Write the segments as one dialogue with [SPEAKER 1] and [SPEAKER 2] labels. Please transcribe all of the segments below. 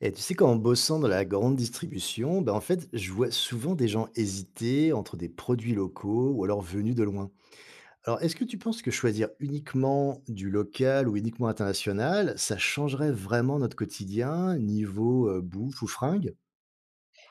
[SPEAKER 1] Et tu sais, qu'en bossant dans la grande distribution, ben en fait, je vois souvent des gens hésiter entre des produits locaux ou alors venus de loin. Alors, est-ce que tu penses que choisir uniquement du local ou uniquement international, ça changerait vraiment notre quotidien niveau bouffe ou fringues?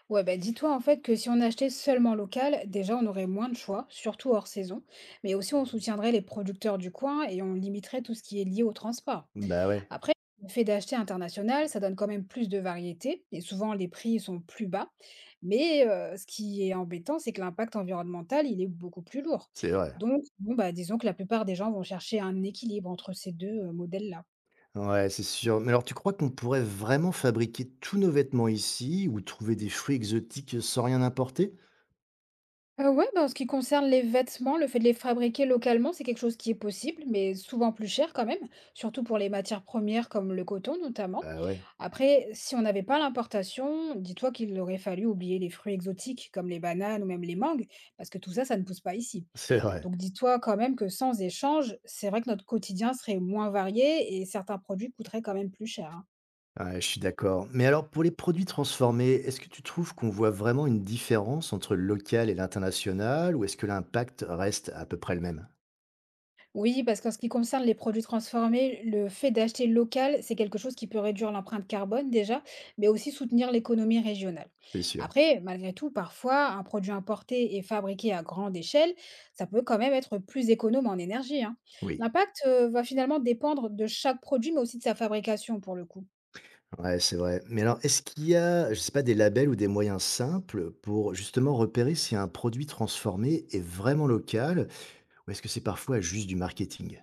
[SPEAKER 2] Ouais, bah dis-toi en fait que si on achetait seulement local, déjà on aurait moins de choix, surtout hors saison, mais aussi on soutiendrait les producteurs du coin et on limiterait tout ce qui est lié au transport.
[SPEAKER 1] Bah ouais,
[SPEAKER 2] Après, le fait d'acheter international, ça donne quand même plus de variété et souvent les prix sont plus bas, mais ce qui est embêtant, c'est que l'impact environnemental, il est beaucoup plus lourd.
[SPEAKER 1] c'est vrai.
[SPEAKER 2] Donc, bon, bah, disons que la plupart des gens vont chercher un équilibre entre ces deux modèles-là.
[SPEAKER 1] Ouais, c'est sûr. Mais alors, tu crois qu'on pourrait vraiment fabriquer tous nos vêtements ici ou trouver des fruits exotiques sans rien importer?
[SPEAKER 2] Ouais, ben en ce qui concerne les vêtements, le fait de les fabriquer localement, c'est quelque chose qui est possible, mais souvent plus cher quand même, surtout pour les matières premières comme le coton notamment.
[SPEAKER 1] Bah ouais,
[SPEAKER 2] Après, si on n'avait pas l'importation, dis-toi qu'il aurait fallu oublier les fruits exotiques comme les bananes ou même les mangues, parce que tout ça, ça ne pousse pas ici.
[SPEAKER 1] c'est vrai.
[SPEAKER 2] Donc dis-toi quand même que sans échange, c'est vrai que notre quotidien serait moins varié et certains produits coûteraient quand même plus cher, hein.
[SPEAKER 1] Ouais, je suis d'accord. Mais alors, pour les produits transformés, est-ce que tu trouves qu'on voit vraiment une différence entre le local et l'international, ou est-ce que l'impact reste à peu près le même?
[SPEAKER 2] Oui, parce qu'en ce qui concerne les produits transformés, le fait d'acheter local, c'est quelque chose qui peut réduire l'empreinte carbone déjà, mais aussi soutenir l'économie régionale.
[SPEAKER 1] C'est sûr.
[SPEAKER 2] Après, malgré tout, parfois, un produit importé et fabriqué à grande échelle, ça peut quand même être plus économe en énergie, hein.
[SPEAKER 1] Oui.
[SPEAKER 2] L'impact, va finalement dépendre de chaque produit, mais aussi de sa fabrication pour le coup.
[SPEAKER 1] Ouais, c'est vrai. Mais alors, est-ce qu'il y a, je sais pas, des labels ou des moyens simples pour justement repérer si un produit transformé est vraiment local, ou est-ce que c'est parfois juste du marketing?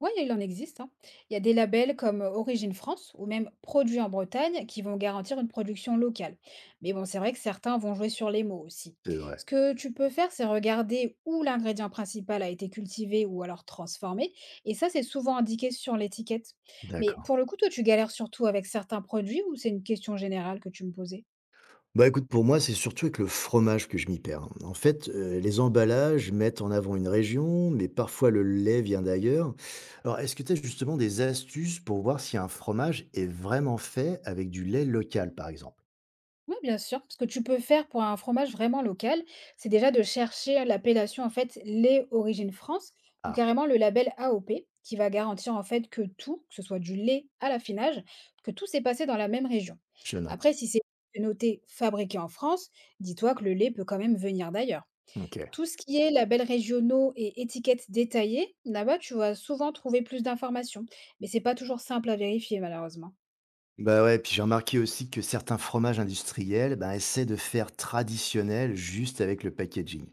[SPEAKER 2] Oui, il en existe, hein. Il y a des labels comme Origine France ou même Produits en Bretagne qui vont garantir une production locale. Mais bon, c'est vrai que certains vont jouer sur les mots aussi.
[SPEAKER 1] C'est vrai.
[SPEAKER 2] Ce que tu peux faire, c'est regarder où l'ingrédient principal a été cultivé ou alors transformé. Et ça, c'est souvent indiqué sur l'étiquette. Mais
[SPEAKER 1] D'accord.
[SPEAKER 2] pour le coup, toi, tu galères surtout avec certains produits ou c'est une question générale que tu me posais?
[SPEAKER 1] Bah, écoute, pour moi, c'est surtout avec le fromage que je m'y perds. En fait, les emballages mettent en avant une région, mais parfois le lait vient d'ailleurs. Alors, est-ce que tu as justement des astuces pour voir si un fromage est vraiment fait avec du lait local, par exemple?
[SPEAKER 2] Oui, bien sûr. Ce que tu peux faire pour un fromage vraiment local, c'est déjà de chercher l'appellation en fait lait origine France ou
[SPEAKER 1] Ah,
[SPEAKER 2] carrément le label AOP qui va garantir en fait que tout, que ce soit du lait à l'affinage, que tout s'est passé dans la même région.
[SPEAKER 1] je note.
[SPEAKER 2] Après, si c'est noté fabriqué en France, dis-toi que le lait peut quand même venir d'ailleurs.
[SPEAKER 1] OK.
[SPEAKER 2] Tout ce qui est labels régionaux et étiquettes détaillées, là-bas, tu vas souvent trouver plus d'informations. Mais c'est pas toujours simple à vérifier, malheureusement.
[SPEAKER 1] Bah, ouais, puis j'ai remarqué aussi que certains fromages industriels, ben, essaient de faire traditionnel juste avec le packaging.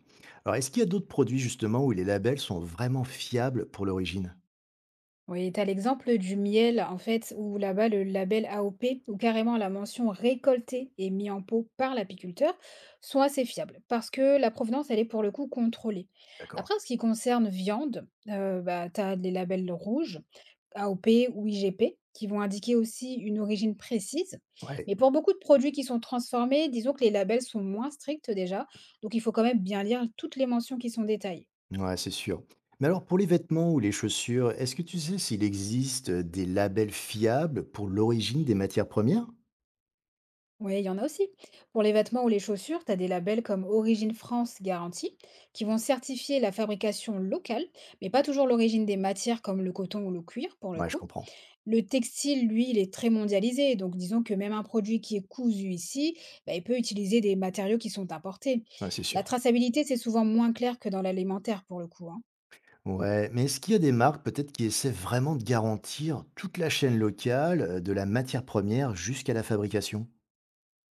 [SPEAKER 1] Alors, est-ce qu'il y a d'autres produits justement où les labels sont vraiment fiables pour l'origine?
[SPEAKER 2] Oui, tu as l'exemple du miel, en fait, où là-bas, le label AOP, ou carrément la mention récoltée et mis en pot par l'apiculteur, sont assez fiables, parce que la provenance, elle est pour le coup contrôlée.
[SPEAKER 1] D'accord.
[SPEAKER 2] Après, en ce qui concerne viande, bah, tu as les labels rouges, AOP ou IGP, qui vont indiquer aussi une origine précise.
[SPEAKER 1] Ouais.
[SPEAKER 2] Mais pour beaucoup de produits qui sont transformés, disons que les labels sont moins stricts déjà, donc il faut quand même bien lire toutes les mentions qui sont détaillées.
[SPEAKER 1] Ouais, c'est sûr. Mais alors, pour les vêtements ou les chaussures, est-ce que tu sais s'il existe des labels fiables pour l'origine des matières premières?
[SPEAKER 2] Oui, il y en a aussi. Pour les vêtements ou les chaussures, tu as des labels comme Origine France Garantie qui vont certifier la fabrication locale, mais pas toujours l'origine des matières comme le coton ou le cuir pour le
[SPEAKER 1] Ouais, je
[SPEAKER 2] coup.
[SPEAKER 1] comprends.
[SPEAKER 2] Le textile, lui, il est très mondialisé, donc disons que même un produit qui est cousu ici, bah, il peut utiliser des matériaux qui sont importés.
[SPEAKER 1] Ouais, c'est
[SPEAKER 2] La
[SPEAKER 1] sûr.
[SPEAKER 2] traçabilité, c'est souvent moins clair que dans l'alimentaire pour le coup, hein.
[SPEAKER 1] Ouais, mais est-ce qu'il y a des marques peut-être qui essaient vraiment de garantir toute la chaîne locale, de la matière première jusqu'à la fabrication?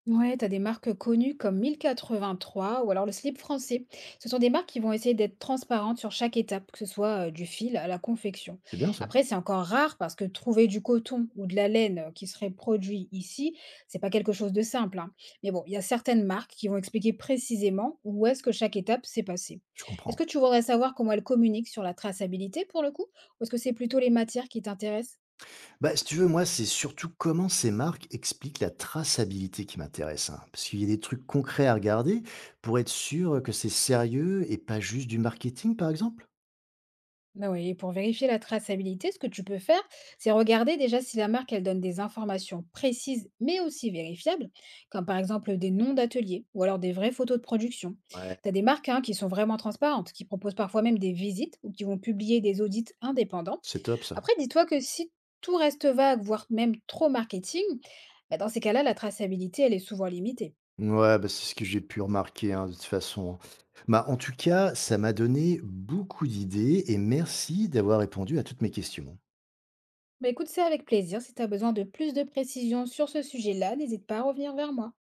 [SPEAKER 2] Ouais, t'as des marques connues comme 1083 ou alors le slip français. Ce sont des marques qui vont essayer d'être transparentes sur chaque étape, que ce soit du fil à la confection.
[SPEAKER 1] C'est bien ça.
[SPEAKER 2] Après, c'est encore rare parce que trouver du coton ou de la laine qui serait produit ici, c'est pas quelque chose de simple, hein. Mais bon, il y a certaines marques qui vont expliquer précisément où est-ce que chaque étape s'est passée.
[SPEAKER 1] Je
[SPEAKER 2] Est-ce
[SPEAKER 1] comprends.
[SPEAKER 2] que tu voudrais savoir comment elles communiquent sur la traçabilité pour le coup, ou est-ce que c'est plutôt les matières qui t'intéressent?
[SPEAKER 1] Bah, si tu veux, moi, c'est surtout comment ces marques expliquent la traçabilité qui m'intéresse, hein, parce qu'il y a des trucs concrets à regarder pour être sûr que c'est sérieux et pas juste du marketing, par exemple.
[SPEAKER 2] Bah oui, et pour vérifier la traçabilité, ce que tu peux faire, c'est regarder déjà si la marque elle donne des informations précises mais aussi vérifiables, comme par exemple des noms d'ateliers ou alors des vraies photos de production.
[SPEAKER 1] Ouais,
[SPEAKER 2] Tu as des marques hein, qui sont vraiment transparentes, qui proposent parfois même des visites ou qui vont publier des audits indépendants.
[SPEAKER 1] c'est top ça.
[SPEAKER 2] Après, dis-toi que si tout reste vague, voire même trop marketing, bah, dans ces cas-là, la traçabilité elle est souvent limitée.
[SPEAKER 1] Ouais, bah, c'est ce que j'ai pu remarquer hein, de toute façon. Bah, en tout cas, ça m'a donné beaucoup d'idées et merci d'avoir répondu à toutes mes questions.
[SPEAKER 2] Bah écoute, c'est avec plaisir. Si tu as besoin de plus de précisions sur ce sujet-là, n'hésite pas à revenir vers moi.